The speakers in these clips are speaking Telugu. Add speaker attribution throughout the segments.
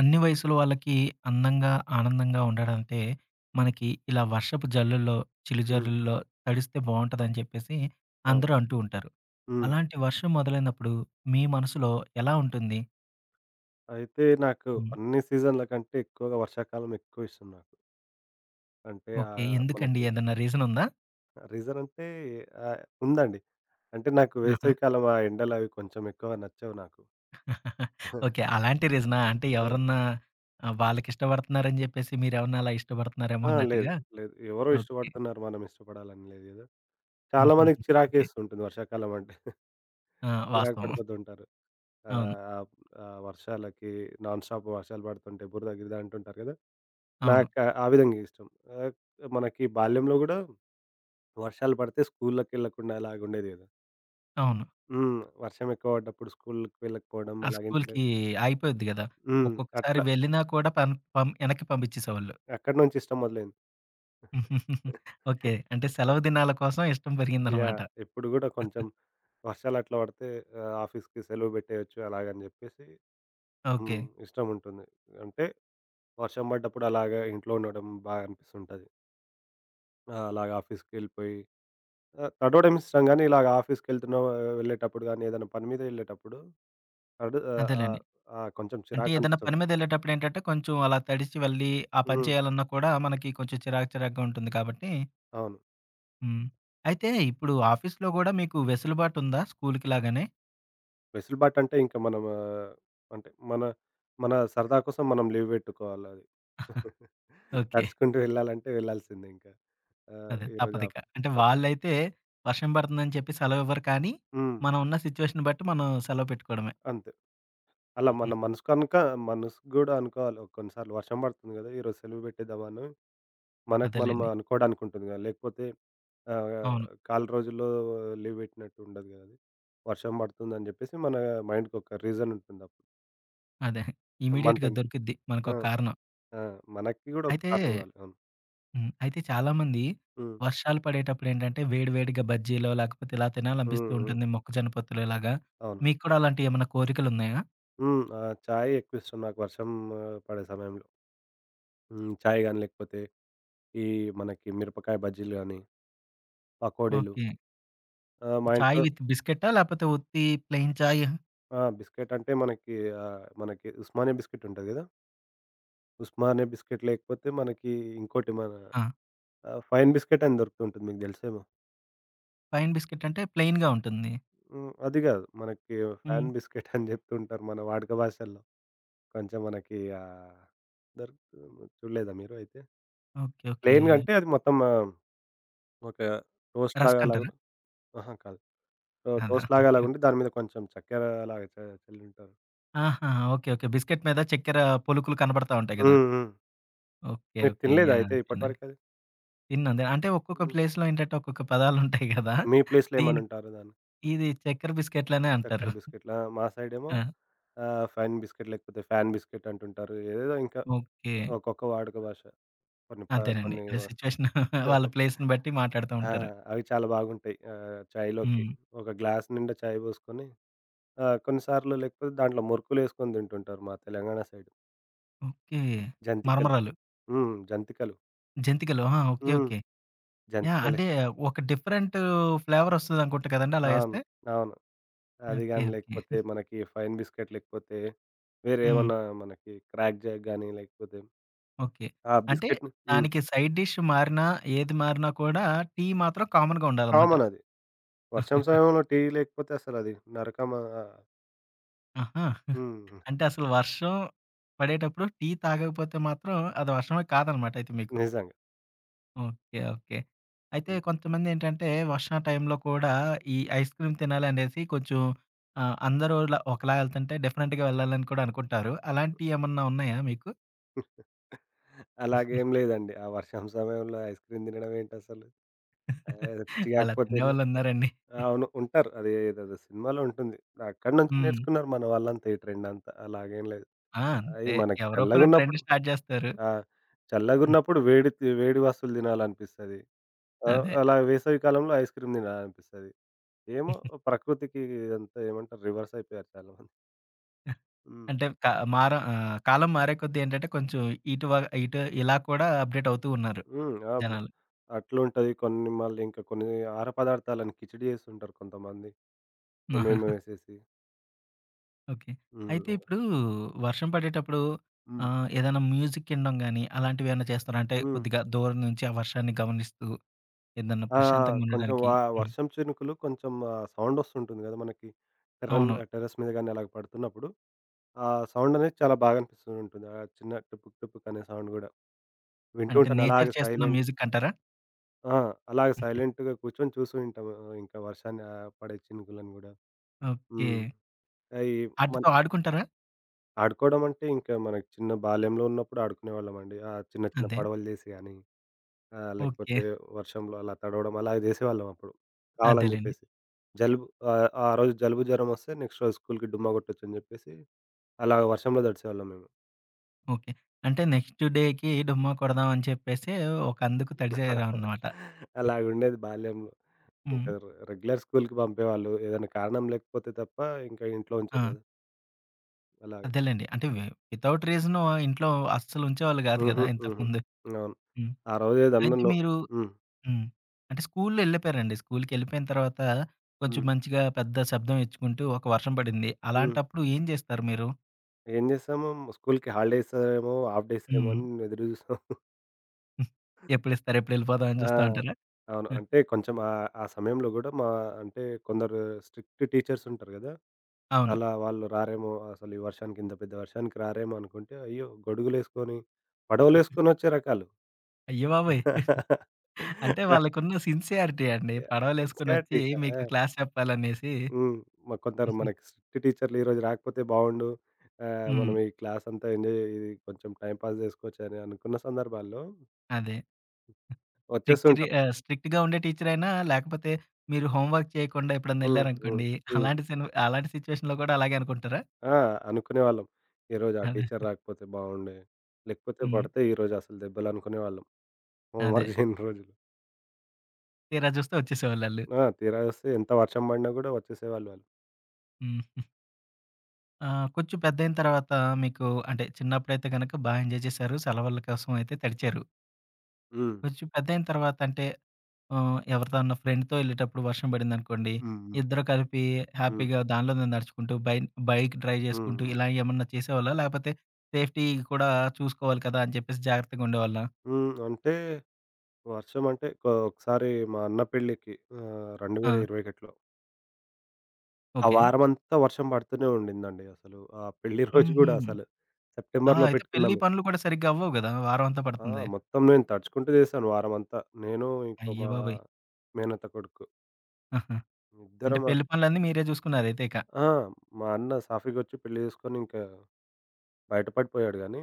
Speaker 1: అన్ని వయసుల వాళ్ళకి అందంగా, ఆనందంగా ఉండడంటే, మనకి ఇలా వర్షపు జల్లుల్లో,
Speaker 2: హ్మ్.
Speaker 1: చిలిజల్లుల్లో తడిస్తే బావుంటదని చెప్పేసి
Speaker 2: అవును.
Speaker 1: అందరూ అంటూ ఉంటారు.
Speaker 2: హ్మ్.
Speaker 1: అలాంటి వర్షం మొదలైనప్పుడు మీ మనసులో ఎలా ఉంటుంది?
Speaker 2: అయితే నాకు
Speaker 1: హ్మ్.
Speaker 2: అన్ని సీజన్‌ల కంటే ఎక్కువగా వర్షాకాలం ఎక్కువ ఇష్టం నాకు. అంటే
Speaker 1: ఓకే. ఎందుకండి?
Speaker 2: మనకి
Speaker 1: ఏదన్నా రీజన్ ఉందా?
Speaker 2: రీజన్ అంటే ఉందండి. అంటే నాకు
Speaker 1: ఆహా!
Speaker 2: వేసవికాలం ఆ ఎండలు అవి కొంచెం ఎక్కువ నచ్చవు నాకు.
Speaker 1: ఓకే. అలాంటి రీజనా? అంటే
Speaker 2: ఆ!
Speaker 1: ఎవరన్నా వాళ్ళకిష్టపడుతున్నారని చెప్పేసి మీరేమన్నా అలా ఇష్టపడుతున్నారేమో
Speaker 2: ఆ! లేదు.
Speaker 1: అన్నట్టుగా?
Speaker 2: లేదు. ఎవరో
Speaker 1: ఓకే.
Speaker 2: ఇష్టపడుతున్నారు, మనం ఇష్టపడాలని లేదు గదా!
Speaker 1: హుహుహు.
Speaker 2: చాలామందికి
Speaker 1: ఓకే.
Speaker 2: చిరాకేస్తుంటుంది వర్షాకాలం అంటే.
Speaker 1: ఆ!
Speaker 2: చిరాకు
Speaker 1: వాస్తవం.
Speaker 2: పడిపోతూ ఉంటారు. ఆహ్,
Speaker 1: అవును.
Speaker 2: ఆహ్, ఆహ్, వర్షాలకి నాన్ స్టాప్ వర్షాలు పడుతుంటే బురద, గిరద అంటుంటారు గదా!
Speaker 1: అవును.
Speaker 2: నాకు ఆ విధంగా ఇష్టం. ఆహ్, మనకి బాల్యంలో గూడా వర్షాలు పడితే స్కూళ్ళకెళ్ళకుండా అలాగుండేది గదా!
Speaker 1: అవును.
Speaker 2: హ్మ్. వర్షం ఎక్కువ పడ్డప్పుడు స్కూలుకి వెళ్ళకపోవడం,
Speaker 1: ఆ
Speaker 2: అలాగే ఇంటి
Speaker 1: స్కూలుకి
Speaker 2: దగ్గర
Speaker 1: ఆగిపోద్ది గదా!
Speaker 2: హ్మ్.
Speaker 1: ఒక్కొక్కసారి
Speaker 2: అట్లా
Speaker 1: వెళ్ళినా కూడా పం పం ఎనక్కి పంపించేసేవాళ్ళు.
Speaker 2: అక్కడి నుంచి ఇష్టం మొదలైంది.
Speaker 1: ఓకే. అంటే సెలవు దినాల కోసం ఇష్టం పెరిగిందనమాట.
Speaker 2: యాహ్! ఇప్పుడు గూడా కొంచెం వర్షాలు అట్లా పడితే ఆఫీస్‌కి సెలవు పెట్టేయొచ్చు అలాగని జెప్పేసి
Speaker 1: ఓకే.
Speaker 2: హ్మ్. ఇష్టం ఉంటుంది. అంటే వర్షం పడ్డప్పుడు అలాగా ఇంట్లో ఉండడం బాగా అనిపిస్తుంటది. ఆ! అలాగ ఆఫీస్‌కెళ్ళిపోయి తడవడం ఇష్టం గానీ, ఇలాగ ఆఫీస్‌కెళ్తున్న వెళ్ళేటప్పుడు గానీ ఏదైనా పని మీద వెళ్ళేటప్పుడు తడు ఆహ్, ఆహ్,
Speaker 1: అదేలెండి.
Speaker 2: ఆ! కొంచెం
Speaker 1: అంటే ఏదైనా పని
Speaker 2: చిరాకనిపిస్తుంటుంది.
Speaker 1: మీదెళ్ళేటప్పుడేంటంటే, కొంచెం అలా తడిసి వెళ్ళి, ఆ పని
Speaker 2: హ్మ్.
Speaker 1: చేయాలన్నా కూడా మనకి కొంచెం చిరాకు చిరాకుగా ఉంటుంది కాబట్టి
Speaker 2: అవును.
Speaker 1: హ్మ్. అయితే ఇప్పుడు ఆఫీస్‌లో గూడా మీకు వెసులుబాటుందా స్కూలుకి లాగానే?
Speaker 2: వెసులుబాటంటే ఇంక మనం అంటే మన మన సరదా కోసం మనం లీవ్ పెట్టుకోవాలది.
Speaker 1: ఓకే.
Speaker 2: తడుచుకుంటూ వెళ్ళాలంటే వెళ్ళాల్సిందే ఇంకా.
Speaker 1: అదే
Speaker 2: ఈరోజు
Speaker 1: తప్పదిక.
Speaker 2: ఆఫ్
Speaker 1: అంటే
Speaker 2: తప్పదు.
Speaker 1: వాళ్ళైతే వర్షం పడుతుందని చెప్పి సెలవివ్వరు కానీ,
Speaker 2: హ్మ్.
Speaker 1: మనం ఉన్న సిట్యుయేషన్ బట్టి మనం సెలవు పెట్టుకోవడమే.
Speaker 2: అంతే. అలా మన మనసు కనుక మనసు గూడా అనుకోవాలి. ఓ కొన్నిసార్లు వర్షం పడుతుంది గదా! ఈరోజు సెలవు పెట్టేద్దామా అని మనకు మనం
Speaker 1: అదేలెండి.
Speaker 2: అనుకోవడానికి ఉంటుంది గదా! లేకపోతే ఆహ్,
Speaker 1: అవును.
Speaker 2: కాలు రోజుల్లో లీవ్ పెట్టినట్టు ఉండదు గదా! అది. వర్షం పడుతుందని జెప్పేసి మన మైండ్‌కొక రీజన్ ఉంటుందప్పుడు.
Speaker 1: అదే.
Speaker 2: మంత్
Speaker 1: ఇమ్మీడియేట్‌గా
Speaker 2: ఎండ్.
Speaker 1: దొరికిద్ది.
Speaker 2: ఆ!
Speaker 1: మనకొక కారణం.
Speaker 2: ఆ! మనకి గూడా ఒక
Speaker 1: అయితే
Speaker 2: కారణం గావాలి. అవును.
Speaker 1: హ్మ్. అయితే చాలామంది
Speaker 2: హ్మ్.
Speaker 1: వర్షాలు పడేటప్పుడేంటంటే, వేడి వేడిగా బజ్జీలో లేకపోతే ఇలా తినాలనిపిస్తూ
Speaker 2: హ్మ్. హ్మ్.
Speaker 1: ఉంటుంది. మొక్కజొన్న పొత్తులు ఇలాగా.
Speaker 2: అవును.
Speaker 1: మీకు కూడా అలాంటియి ఏమన్నా కోరికలున్నాయా?
Speaker 2: హ్మ్. చాయ్ ఎక్కువిష్టం నాకు వర్షం పడే సమయంలో. హ్మ్. చాయ్ గాని, లేకపోతే ఈ మనకి మిరపకాయ బజ్జీలు గానీ, పకోడీలు.
Speaker 1: ఓకే.
Speaker 2: ఆ! మా
Speaker 1: చాయ్
Speaker 2: ఇంట్లో
Speaker 1: విత్ బిస్కెట్టా? లేపోతే ఉత్తి ప్లెయిన్ చాయ్?
Speaker 2: ఆ! బిస్కెట్ అంటే మనకి మనకి ఉస్మానియా బిస్కెట్ ఉంటది గదా! ఉస్మానియా బిస్కెట్ లేకపోతే మనకి ఇంకోటి మన
Speaker 1: ఆ!
Speaker 2: ఫైన్ బిస్కెట్ అని దొరుకుతుంటుంది. మీకు తెలుసేమో!
Speaker 1: పైన బిస్కెట్ అంటే ప్లెయిన్‌గా ఉంటుంది.
Speaker 2: హ్మ్. అది గాదు. మనకి ఫాన్
Speaker 1: హ్మ్.
Speaker 2: బిస్కెట్ అని జెప్తుంటారు మన వాడుక భాషల్లో. కొంచెం మనకి దొరుకుతు చూడలేదా మీరు అయితే?
Speaker 1: ఓకే. ఓకే.
Speaker 2: ప్లెయిన్‌గా అంటే అది మొత్తం ఒక టోస్ట్ లాగా
Speaker 1: రస్క్
Speaker 2: అలాగ
Speaker 1: అంటారా?
Speaker 2: అహా! కాదు. టో
Speaker 1: అదా!
Speaker 2: టోస్ట్ లాగా
Speaker 1: ఓకే.
Speaker 2: అలాగుండి దాని మీద కొంచెం చక్కెర అలాగ చ చల్లుంటారు.
Speaker 1: ఆహా! ఓకే. ఓకే. బిస్కెట్ మీద చక్కెర పులుకులు కనబడతా ఉంటాయి గదా!
Speaker 2: హ్మ్. హ్మ్.
Speaker 1: ఓకే.
Speaker 2: మీరు
Speaker 1: ఓకే.
Speaker 2: తినలేదా
Speaker 1: యాహ్!
Speaker 2: అయితే ఇప్పటి
Speaker 1: అర్థమైందండి.
Speaker 2: వరకది?
Speaker 1: తిన్నదే. అంటే ఒక్కొక్క
Speaker 2: హ్మ్.
Speaker 1: ప్లేస్‌లో ఏంటంటే ఒక్కొక్క పదాలుంటాయి గదా!
Speaker 2: మీ ప్లేస్‌లో
Speaker 1: దీనికి
Speaker 2: ఏమనంటారు దాన్ని?
Speaker 1: ఇది చక్కెర బిస్కెట్‌లనే
Speaker 2: చక్కెర
Speaker 1: అంటారు.
Speaker 2: బిస్కెట్‌లా? మా సైడేమో
Speaker 1: ఆ!
Speaker 2: ఫైన్ బిస్కెట్ లేకపోతే ఫ్యాన్ బిస్కెట్ అంటుంటారు. ఏదేదో ఇంకా
Speaker 1: ఓకే.
Speaker 2: ఒక్కొక్క వాడుక భాష. కొన్ని ప
Speaker 1: అంతేనండి.
Speaker 2: కొన్ని
Speaker 1: అంటే సిట్యుయేషన్ వాళ్ళ ప్లేస్‌ని బట్టి మాట్లాడుతూ
Speaker 2: ఆ!
Speaker 1: ఉంటారు.
Speaker 2: అవి చాలా బాగుంటాయి. చాయ్‌లోకి
Speaker 1: హ్మ్.
Speaker 2: ఒక గ్లాస్ నిండా చాయ్ పోసుకొని కొన్ని సార్లు లేకపోతే దాంట్లో మురుకులేసుకొని తింటుంటారు మా తెలంగాణ సైడ్.
Speaker 1: ఓకే.
Speaker 2: జంతికలు.
Speaker 1: మరమరాలు.
Speaker 2: హ్మ్. జంతికలు.
Speaker 1: జంతికలు. ఆ! ఓకే.
Speaker 2: హ్మ్.
Speaker 1: ఓకే. యాహ్!
Speaker 2: జంతికలే.
Speaker 1: అంటే ఒక డిఫరెంట్ ఫ్లేవరొస్తదనుకుంటా కదండీ అలా
Speaker 2: అవును.
Speaker 1: ఏస్తే?
Speaker 2: అవును. అది
Speaker 1: ఓకే.
Speaker 2: గాని
Speaker 1: ఓకే.
Speaker 2: లేకపోతే మనకి ఫైన్ బిస్కెట్ లేకపోతే వేరే
Speaker 1: హ్మ్.
Speaker 2: ఏమన్నా మనకి క్రాక్ జాక్ గాని లేకపోతే
Speaker 1: ఓకే.
Speaker 2: ఆ
Speaker 1: అంటే
Speaker 2: బిస్కెట్‌ని హ్మ్.
Speaker 1: దానికి సైడ్ డిష్ మారినా, ఏది మారినా కూడా టీ మాత్రం కామన్‌గా ఉండాలన్నమాట.
Speaker 2: కామన్ అది. వర్షం సమయంలో టీ లేకపోతే అసలది నరకం
Speaker 1: ఆహా!
Speaker 2: హ్మ్.
Speaker 1: అంటే అసలు వర్షం పడేటప్పుడు టీ తాగకపోతే మాత్రం అది వర్షమే కాదనమాట అయితే మీకు.
Speaker 2: నిజంగా.
Speaker 1: ఓకే. ఓకే. అయితే
Speaker 2: హ్మ్.
Speaker 1: కొంతమంది ఏంటంటే వర్షం టైంలో కూడా ఈ ఐస్ క్రీమ్ తినాలి అనేసి కొంచెం అందరూ ఇలా ఒకలా ఎళ్తుంటే డిఫరెంట్‌గా వెళ్ళాలని కూడా అనుకుంటారు. అలాంటియి ఏమన్నా ఉన్నాయా మీకు?
Speaker 2: అలాగేం లేదండి. ఆ వర్షం సమయంలో ఐస్ క్రీమ్ తినడం ఏంటసలు? అదేదో పిచ్చి
Speaker 1: అలా
Speaker 2: కాకపోతేను
Speaker 1: తినేవాళ్ళున్నారండి.
Speaker 2: అవును. ఉంటారు. అది ఏదేదో సినిమాలో ఉంటుంది. అక్కడి నుంచి
Speaker 1: హ్మ్.
Speaker 2: నేర్చుకున్నారు మన వాళ్ళంతా ఈ ట్రెండ్ అంతా. అలాగేం లేదు.
Speaker 1: ఆ!
Speaker 2: అయి
Speaker 1: అంతే.
Speaker 2: మనకి
Speaker 1: ఎవరో ఒకళ్ళు ట్రెండ్
Speaker 2: చల్లగున్నప్పుడు
Speaker 1: స్టార్ట్ జేస్తారు.
Speaker 2: ఆ!
Speaker 1: హ్మ్.
Speaker 2: చల్లగున్నప్పుడు వేడి తి వేడి వస్తువులు తినాలనిపిస్తది. ఆ!
Speaker 1: అదే.
Speaker 2: అలా వేసవి కాలంలో ఐస్ క్రీమ్ తినాలనిపిస్తది. ఏమో ప్రకృతికి ఇదంతా ఏమంటారు రివర్స్ అయిపోయారు చాలామంది. హ్మ్.
Speaker 1: అంటే కాలం మారే కొద్దీ ఏంటంటే కొంచెం ఇటు వ ఇటు ఇలా కూడా అప్‌డేట్ అవుతూ ఉన్నారు
Speaker 2: హ్మ్. ఆ! మ
Speaker 1: జనాలు.
Speaker 2: అట్లుంటది. కొన్ని మళ్ళీ ఇంకా కొన్ని ఆహార పదార్థాలను కిచిడి చేస్తుంటారు కొంతమంది.
Speaker 1: ఆహా!
Speaker 2: ఏమేమో ఏసేసి.
Speaker 1: ఓకే.
Speaker 2: హ్మ్.
Speaker 1: అయితే
Speaker 2: అలా.
Speaker 1: ఇప్పుడు వర్షం పడేటప్పుడు
Speaker 2: హ్మ్.
Speaker 1: ఏదైనా మ్యూజిక్ ఇనడం గాని, అలాంటివేమన్నా చేస్తారా? అంటే
Speaker 2: హ్మ్.
Speaker 1: కొద్దిగా దూరం నుంచి ఆ వర్షాన్ని గమనిస్తూ ఏదన్నా
Speaker 2: ఆ!
Speaker 1: ప్రశాంతంగా
Speaker 2: కొంచెం
Speaker 1: ఉండడానికి.
Speaker 2: వ
Speaker 1: హ్మ్.
Speaker 2: వర్షం చినుకులు కొంచెం ఆ సౌండొస్తుంటుంది గదా! మనకి టెర్రమ్
Speaker 1: అవును.
Speaker 2: టెర్రస్ మీద గాని అలాగ పడుతున్నప్పుడు ఆ సౌండ్ అనేది చాలా బాగా అనిపిస్తూ ఉంటుంది. ఆ చిన్న టుపుక్ టుపుక్ అనే సౌండ్ గూడా. వింటూ
Speaker 1: అంటే
Speaker 2: ఉంటాను
Speaker 1: నేచర్
Speaker 2: అలాగే
Speaker 1: చేస్తున్న
Speaker 2: సైలెంట్
Speaker 1: మ్యూజిక్ అంటారా?
Speaker 2: ఆ! అలాగే సైలెంట్‌గా కూర్చొని చూస్తూ ఉంటాము. ఇంకా వర్షాన్ని పడే చినుకులను గూడా.
Speaker 1: ఓకే.
Speaker 2: హ్మ్. అయి మన్
Speaker 1: ఆటితో ఆడుకుంటారా?
Speaker 2: ఆడుకోవడం అంటే ఇంకా మనకి చిన్న బాల్యంలో ఉన్నప్పుడు ఆడుకునేవాళ్ళమండి. ఆ చిన్న చిన్న
Speaker 1: అదే.
Speaker 2: పడవలు చేసి గాని,
Speaker 1: ఓకే.
Speaker 2: లేకపోతే వర్షంలో అలా తడవడం అలాగే చేసేవాళ్ళం అప్పుడు. కావాలని
Speaker 1: అదేలెండి.
Speaker 2: జెప్పేసి. జలుబు ఆ రోజు జలుబు, జ్వరం వస్తే నెక్స్ట్ రోజు స్కూల్‌కి డుమ్మా కొట్టొచ్చని జెప్పేసి, అలా వర్షంలో తడిసేవాళ్ళం మేము.
Speaker 1: ఓకే. అంటే నెక్స్ట్ డేకి డుమ్మా కొడదాం అని చెప్పేసి ఒక అందుకు తడిసారనమాట.
Speaker 2: అలాగుండేది బాల్యంలో.
Speaker 1: హ్మ్.
Speaker 2: ఇంకా రె రెగ్యులర్ స్కూల్‌కి పంపేవాళ్ళు. ఏదైనా కారణం లేకపోతే తప్ప ఇంకా ఇంట్లో
Speaker 1: ఆ!
Speaker 2: ఉంచరు కదా! అలాగ.
Speaker 1: అదేలెండి. అంటే వితౌట్ రీజను ఇంట్లో అస్సలు ఉంచేవాళ్ళు గాదు గదా!
Speaker 2: హుహు. హుహు.
Speaker 1: ఇంతకుముందు.
Speaker 2: అవును.
Speaker 1: హ్మ్.
Speaker 2: ఆ రోజు ఏదో
Speaker 1: అయితే
Speaker 2: అన్నాను.
Speaker 1: మీరు
Speaker 2: హ్మ్.
Speaker 1: హ్మ్. అంటే స్కూల్లో ఎళ్ళిపోయారండి. స్కూలుకెళ్ళిపోయిన తర్వాత కొంచెం
Speaker 2: హ్మ్.
Speaker 1: మంచిగా పెద్ద శబ్దం ఇచ్చుకుంటూ ఒక వర్షం పడింది.
Speaker 2: హ్మ్.
Speaker 1: అలాంటప్పుడు ఏం జేస్తారు మీరు?
Speaker 2: ఏం చేసాము స్కూల్‌కి హాలిడేస్ ఏమో, హాఫ్ డేస్ ఏమో
Speaker 1: హ్మ్.
Speaker 2: అని ఎదురు చూసాం.
Speaker 1: ఎప్పుడిస్తారు? ఎప్పుడెళ్ళిపోదాం అని
Speaker 2: ఆ!
Speaker 1: జూస్తా ఉంటారా?
Speaker 2: అవును. అంటే కొంచెం ఆ సమయంలో గూడా మా అంటే కొందరు స్ట్రిక్ట్ టీచర్స్ ఉంటారు కదా!
Speaker 1: అవును.
Speaker 2: అలా వాళ్ళు రారేమో అసలు ఈ వర్షానికి ఇంత పెద్ద వర్షానికి రారేమో అనుకుంటే, అయ్యో! గొడుగులేసుకొని, పడవలేసుకొని వచ్చే రకాలు.
Speaker 1: అయ్య బాబోయ్! అంటే
Speaker 2: యాహ్!
Speaker 1: వాళ్ళకున్న సిన్సియారిటీ అండి. పడవలేసుకొనొచ్చి
Speaker 2: సెన్సియారిటీ. ఆ!
Speaker 1: మీకు క్లాస్ చెప్పాలనేసి.
Speaker 2: హ్మ్. మరి కొందరు మనకి స్ట్రిక్ట్ టీచర్లు ఈరోజు రాకపోతే బావుండు.
Speaker 1: హ్మ్.
Speaker 2: మనం ఈ క్లాస్ అంతా ఎంజాయ్ ఇది కొంచెం టైమ్ పాస్ చేసుకోవచ్చు అని అనుకున్న సందర్భాల్లో
Speaker 1: అదే.
Speaker 2: వచ్చేస్తూ ఉంటారు.
Speaker 1: స్ట్రిక్ట్‌గా ఉండే టీచరైనా, లేకపోతే మీరు హోమ్ వర్క్ చేయకుండా ఎప్పుడన్నా
Speaker 2: హ్మ్. హ్మ్.
Speaker 1: ఎళ్లారనుకోండి,
Speaker 2: హ్మ్.
Speaker 1: అలాంటి సిట్యుయేషన్‌లో గూడా అలాగే అనుకుంటారా?
Speaker 2: ఆ! అనుకునేవాళ్ళం. ఈరోజు ఆ
Speaker 1: అదే.
Speaker 2: టీచర్ రాకపోతే బావుండే. లేకపోతే
Speaker 1: హ్మ్.
Speaker 2: పడితే ఈరోజు అసలు దెబ్బలు అనుకునేవాళ్ళం. హోంవర్క్
Speaker 1: అదే.
Speaker 2: చేయని రోజులు.
Speaker 1: తీరా జూస్తే వచ్చేసేవాళ్ళాళ్ళు.
Speaker 2: ఆ! తీరా చూస్తే ఎంత వర్షం పడినా కూడా వచ్చేసేవాళ్ళు వాళ్ళు.
Speaker 1: హ్మ్. కొంచెం పెద్దయిన తర్వాత మీకు అంటే చిన్నప్పుడైతే గనక బా ఎంజాయ్ చేశారు. సెలవుల కోసం అయితే తడిచారు.
Speaker 2: హ్మ్.
Speaker 1: కొంచెం పెద్దయిన తర్వాత అంటే ఎవరితో అన్న ఫ్రెండ్‌తో ఎళ్ళేటప్పుడు వర్షం పడిందనుకోండి,
Speaker 2: హ్మ్. హ్మ్.
Speaker 1: ఇద్దరు కలిపి
Speaker 2: హ్మ్.
Speaker 1: హ్యాపీగా దానిలోనే నడుచుకుంటూ బైక్ డ్రైవ్
Speaker 2: హ్మ్.
Speaker 1: చేసుకుంటూ
Speaker 2: హ్మ్.
Speaker 1: ఇలా ఏమన్నా చేసేవాళ్ళా? లేకపోతే సేఫ్టీ కూడా చూసుకోవాలి కదా! అని చెప్పేసి జాగ్రత్తగా ఉండేవాళ్ళా?
Speaker 2: హ్మ్. అంటే వర్షం అంటే కొ ఒకసారి మా అన్న పెళ్ళికి
Speaker 1: ఆ!
Speaker 2: 2021లో ఆ
Speaker 1: ఓకే.
Speaker 2: వారమంతా వర్షం పడుతూనే ఉండిందండి అసలు. ఆ పెళ్లి రోజు
Speaker 1: హుహు.
Speaker 2: గూడా అసలు.
Speaker 1: అలా
Speaker 2: సెప్టెంబర్‌లో
Speaker 1: అయితే పెళ్లి
Speaker 2: పెట్టుకున్నాము.
Speaker 1: పనులు కూడా సరిగ్గా అవ్వవు గదా! వారం అంతా
Speaker 2: ఆ!
Speaker 1: పడుతుంది.
Speaker 2: మొత్తం నేను తడుచుకుంటూ చేశాను వారమంతా. నేను ఇంకో
Speaker 1: అయ్య
Speaker 2: మా
Speaker 1: బాబోయ్!
Speaker 2: మేనత్త కొడుకు.
Speaker 1: ఆహా! అంటే
Speaker 2: ఇద్దరం అస
Speaker 1: పెళ్లి పనులన్నీ మీరే చూసుకున్నారైతే ఇక.
Speaker 2: ఆ! మా అన్న సాఫీగొచ్చి పెళ్లి చేసుకొని ఇంకా బయట పడిపోయాడు గానీ,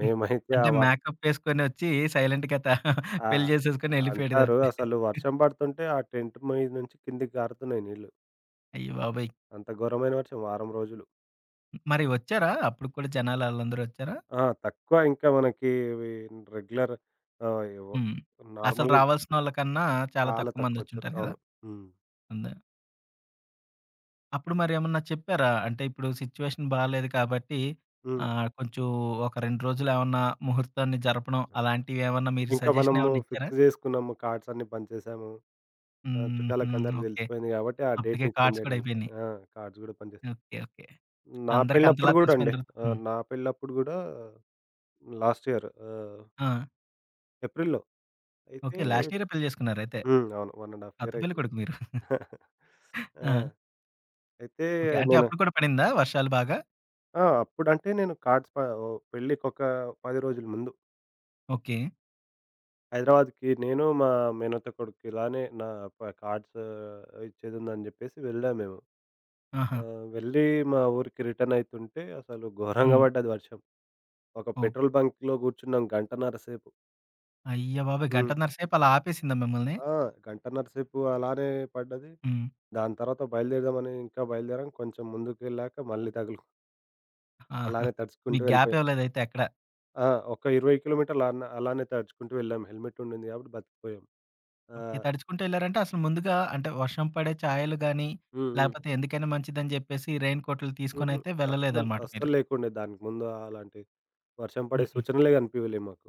Speaker 2: మేమైతే
Speaker 1: అంటే
Speaker 2: ఆ వ
Speaker 1: మేకప్పేసుకొనొచ్చి సైలెంట్‌గా త
Speaker 2: ఆ!
Speaker 1: పెళ్లి చేసేసుకొని ఎళ్ళిపోయాడు
Speaker 2: అంటారు
Speaker 1: తప్పితే.
Speaker 2: అసలు వర్షం పడుతుంటే ఆ టెంట్ మీద నుంచి కిందకి గారుతున్నాయి నీళ్ళు.
Speaker 1: అయ్య బాబోయ్!
Speaker 2: అంత ఘోరమైన వర్షం వారం రోజులు.
Speaker 1: మరి వచ్చారా? అప్పుడు కూడా జనాలు ఆళ్ళందరూ వచ్చారా?
Speaker 2: ఆ! తక్కువ ఇంకా మనకి ఇవి రెగ్యులర్ ఎవ
Speaker 1: హ్మ్. అసలు
Speaker 2: నార్మల్‌గా
Speaker 1: రావాల్సినోళ్ళకన్నా చాలా
Speaker 2: చాలా
Speaker 1: తక్కువ
Speaker 2: తక్కువొచ్చారు.
Speaker 1: మందొచ్చుంటారు కదా!
Speaker 2: అవును. హ్మ్.
Speaker 1: అందా అప్పుడు మరేమన్నా చెప్పారా? అంటే ఇప్పుడు సిచ్యువేషన్ బాలేదు కాబట్టి
Speaker 2: హ్మ్.
Speaker 1: కొంచెం ఒక 2 రోజులేమన్నా ముహూర్తాన్ని జరపడం అలాంటివేమన్నా మీరు
Speaker 2: ఇంకా
Speaker 1: సజెషన్
Speaker 2: మనము
Speaker 1: ఏమన్నా ఇచ్చారా?
Speaker 2: ఫిక్స్ జేసుకున్నాము. కార్డ్స్ అన్నీ పంచేసాము. ఆ!
Speaker 1: హుహు.
Speaker 2: చుట్టాలకందరికి
Speaker 1: ఓకే.
Speaker 2: దెలిసిపోయింది గాబట్టి, ఆ
Speaker 1: అప్పటికే
Speaker 2: డేట్‌ని చేంజ్
Speaker 1: కార్డ్స్ కూడా
Speaker 2: జేయడానికి
Speaker 1: అయిపోయినాయి.
Speaker 2: ఆ! కార్డ్స్ గూడా పనిచేసాయి.
Speaker 1: ఓకే. ఓకే.
Speaker 2: నా
Speaker 1: అందరికి అంతలా
Speaker 2: పెళ్ళప్పుడు గూడా
Speaker 1: తెలిసిపోయిన
Speaker 2: అండి.
Speaker 1: తర్వాత హ్మ్.
Speaker 2: నా పెళ్ళప్పుడు గూడా లాస్ట్ ఇయర్
Speaker 1: ఆ!
Speaker 2: ఏప్రిల్‌లో అయితే
Speaker 1: ఓకే. లాస్ట్ ఇయరే పెళ్లి చేసుకున్నారైతే.
Speaker 2: హ్మ్. అవును. 1 ½
Speaker 1: అత్త
Speaker 2: ఇయర్
Speaker 1: పెళ్లి
Speaker 2: అయితుంది.
Speaker 1: కొడుకు మీరు.
Speaker 2: ఆ!
Speaker 1: ఆ!
Speaker 2: అయితే
Speaker 1: ఓకే. అంటే
Speaker 2: నేను
Speaker 1: అప్పుడు కూడా పడిందా వర్షాలు బాగా?
Speaker 2: ఆ! అప్పుడంటే నేను కార్డ్స్ ప ఓ పెళ్ళికొక 10 రోజుల ముందు.
Speaker 1: ఓకే.
Speaker 2: హైదరాబాద్‌కి నేను, మా మేనత్త కొడుకు ఇలానే నా ప కార్డ్స్ ఇచ్చేదుందని జెప్పేసి వెళ్ళాము మేము.
Speaker 1: ఆహా!
Speaker 2: వెళ్ళి మా ఊరికి రిటర్న్ అయితుంటే అసలు ఘోరంగా
Speaker 1: హ్మ్.
Speaker 2: పడ్డది వర్షం. ఒక
Speaker 1: ఓహ్!
Speaker 2: పెట్రోల్ బంక్‌లో గూర్చున్నాం గంటన్నర సేపు.
Speaker 1: అయ్య బాబోయ్!
Speaker 2: హ్మ్.
Speaker 1: గంటన్నర సేపు అలా ఆపేసిందా మిమ్మల్ని?
Speaker 2: ఆ! గంటన్నర సేపు అలానే పడ్డది.
Speaker 1: హ్మ్.
Speaker 2: దాని తర్వాత బయలుదేరదామని ఇంకా బయలుదేరాం. కొంచెం ముందుకెళ్ళాక మళ్ళీ తగులుకు
Speaker 1: ఆహా!
Speaker 2: అలానే తడుచుకుంటూ
Speaker 1: మీకు గ్యాప్
Speaker 2: వెళ్ళిపోయాం.
Speaker 1: ఇవ్వలేదైతే ఎక్కడ.
Speaker 2: ఆ! ఒక 20 కిలోమీటర్లు అన అలానే తడుచుకుంటూ వెళ్ళాం. హెల్మెట్ ఉండింది కాబట్టి బతికిపోయాం. ఆ!
Speaker 1: ఓకే. తడుచుకుంటూ ఎళ్లారంటే అసలు ముందుగా అంటే వర్షం పడే ఛాయలు గాని,
Speaker 2: హ్మ్. హ్మ్.
Speaker 1: లేపోతే ఎందుకైనా మంచిదని జెప్పేసి రెయిన్ కోట్లు
Speaker 2: హుహు.
Speaker 1: తీసుకొనైతే
Speaker 2: అస్సలు,
Speaker 1: వెళ్ళలేదన్నమాట మీరు.
Speaker 2: అస్సలు లేకుండే దానికి ముందు అలాంటి వర్షం పడే
Speaker 1: హుహు.
Speaker 2: సూచనలే కనిపియలే మాకు.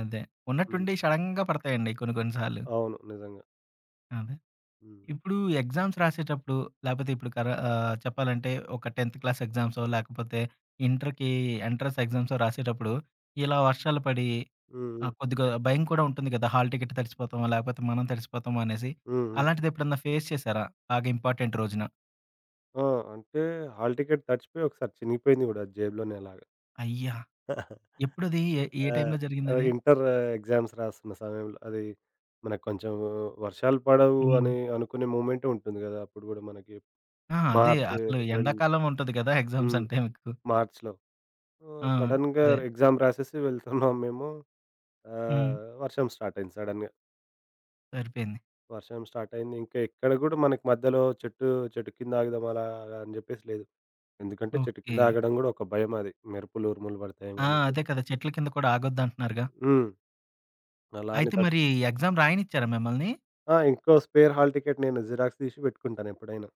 Speaker 1: అదే.
Speaker 2: హ్మ్.
Speaker 1: ఉన్నట్టుండి సడెన్‌గా పడతాయండి కొన్ని కొన్ని సార్లు.
Speaker 2: అవును. నిజంగా.
Speaker 1: అదే.
Speaker 2: హ్మ్.
Speaker 1: ఇప్పుడు ఎగ్జామ్స్ రాసేటప్పుడు, లేపోతే ఇప్పుడు చెప్పాలంటే ఒక 10థ్ క్లాస్ ఎగ్జామ్సో, లేకపోతే ఇంటర్‌కి ఎంట్రన్స్ ఎగ్జామ్సో రాసేటప్పుడు, ఇలా వర్షాలు పడి
Speaker 2: హ్మ్. హ్మ్.
Speaker 1: కొద్దిగా భయం కూడా ఉంటుంది కదా! హాల్ టికెట్ తడిసిపోతామా, లేకపోతే మనం తడిసిపోతామా అనేసి.
Speaker 2: హ్మ్. హ్మ్.
Speaker 1: అలాంటిది ఎప్పుడన్నా ఫేస్ చేశారా? బాగా ఇంపార్టెంట్ రోజున?
Speaker 2: ఆ! అంటే హాల్ టికెట్ తడిచిపోయి ఒకసారి చినిగిపోయింది గూడా జేబులోనే అలాగా.
Speaker 1: అయ్యా! ఎప్పుడది? ఏ ఏ
Speaker 2: ఆ!
Speaker 1: టైంలో జరిగిందది?
Speaker 2: ఇంటర్ ఎగ్జామ్స్ రాస్తున్న సమయంలో అది మనకు కొంచెం వర్షాలు పడవు
Speaker 1: హ్మ్.
Speaker 2: అని అనుకునే మూమెంటే ఉంటుంది గదా! అప్పుడు గూడా మనకి
Speaker 1: ఆ! అదే
Speaker 2: మార్చ్,
Speaker 1: అసలు
Speaker 2: ఏప్రిల్
Speaker 1: ఎండాకాలం ఉంటది కదా! ఎగ్జామ్స్
Speaker 2: హ్మ్.
Speaker 1: అంటే మీకు.
Speaker 2: మార్చ్‌లో.
Speaker 1: ఆ!
Speaker 2: సడెన్‌గా
Speaker 1: అదే.
Speaker 2: ఎగ్జామ్ రాసేసి వెళ్తున్నాం మేము.
Speaker 1: హ్మ్.
Speaker 2: వర్షం స్టార్ట్ అయింది సడెన్‌గా.
Speaker 1: సరిపోయింది.
Speaker 2: వర్షం స్టార్ట్ అయింది. ఇంకా ఎక్కడ గూడా మనకి మధ్యలో చెట్టు చెట్టు కింద ఆగుదాం అలాగా అని జెప్పేసి లేదు. ఎందుకంటే చెట్టు
Speaker 1: ఓకే.
Speaker 2: కింద ఆగడం గూడా ఒక భయమది. మెరుపులు, ఉరుములు పడతాయేమో
Speaker 1: ఆ!
Speaker 2: అని
Speaker 1: అదే
Speaker 2: జెప్పేసి.
Speaker 1: కదా! చెట్ల కింద కూడా ఆగొద్దంటున్నారుగా.
Speaker 2: హ్మ్. అలా అని
Speaker 1: అయితే
Speaker 2: తట్
Speaker 1: మరి ఎగ్జామ్ రాయనిచ్చారా మిమ్మల్ని?
Speaker 2: ఆ! ఇంకో స్పేర్ హాల్ టికెట్ నేను జిరాక్స్ తీసి పెట్టుకుంటానెప్పుడైనా.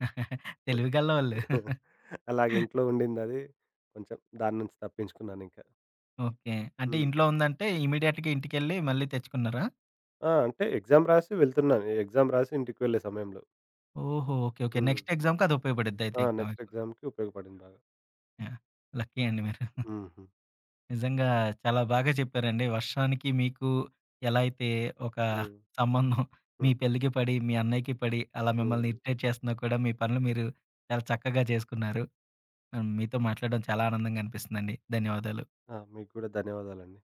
Speaker 1: తెలివిగల్లోళ్ళు.
Speaker 2: అలాగే ఇంట్లో ఉండిందది. కొంచెం దాని నుంచి తప్పించుకున్నానింకా.
Speaker 1: ఓకే. అంటే
Speaker 2: హ్మ్.
Speaker 1: ఇంట్లో ఉందంటే ఇమ్మీడియేట్‌గా ఇంటికెళ్ళి మళ్ళీ తెచ్చుకున్నారా?
Speaker 2: ఆ! అంటే ఎగ్జామ్ రాసి వెళ్తున్నాను. ఎగ్జామ్ రాసి ఇంటికి వెళ్ళే సమయంలో.
Speaker 1: ఓహో! ఓకే. ఓకే.
Speaker 2: హ్మ్.
Speaker 1: నెక్స్ట్ ఎగ్జామ్‌కి అది ఉపయోగపడిద్దయితే
Speaker 2: ఆ!
Speaker 1: ఇంకా
Speaker 2: నెక్స్ట్
Speaker 1: మీకు.
Speaker 2: ఎగ్జామ్‌కి ఉపయోగపడింది బాగా.
Speaker 1: యాహ్! లక్కీ అండి మీరు.
Speaker 2: హుహు.
Speaker 1: నిజంగా చాలా బాగా చెప్పారండి. వర్షానికి మీకు ఎలా అయితే ఒక
Speaker 2: హ్మ్.
Speaker 1: సంబంధం మీ
Speaker 2: హ్మ్.
Speaker 1: పెళ్ళికి పడి, మీ అన్నయ్యకి పడి, అలా మిమ్మల్ని
Speaker 2: హ్మ్.
Speaker 1: ఇరిటేట్ చేస్తున్నా కూడా మీ పనులు మీరు చాలా చక్కగా చేసుకున్నారు. మీతో మాట్లాడడం చాలా ఆనందంగా అనిపిస్తుందండి. ధన్యవాదాలు.
Speaker 2: ఆ! మీకు గూడా ధన్యవాదాలండి.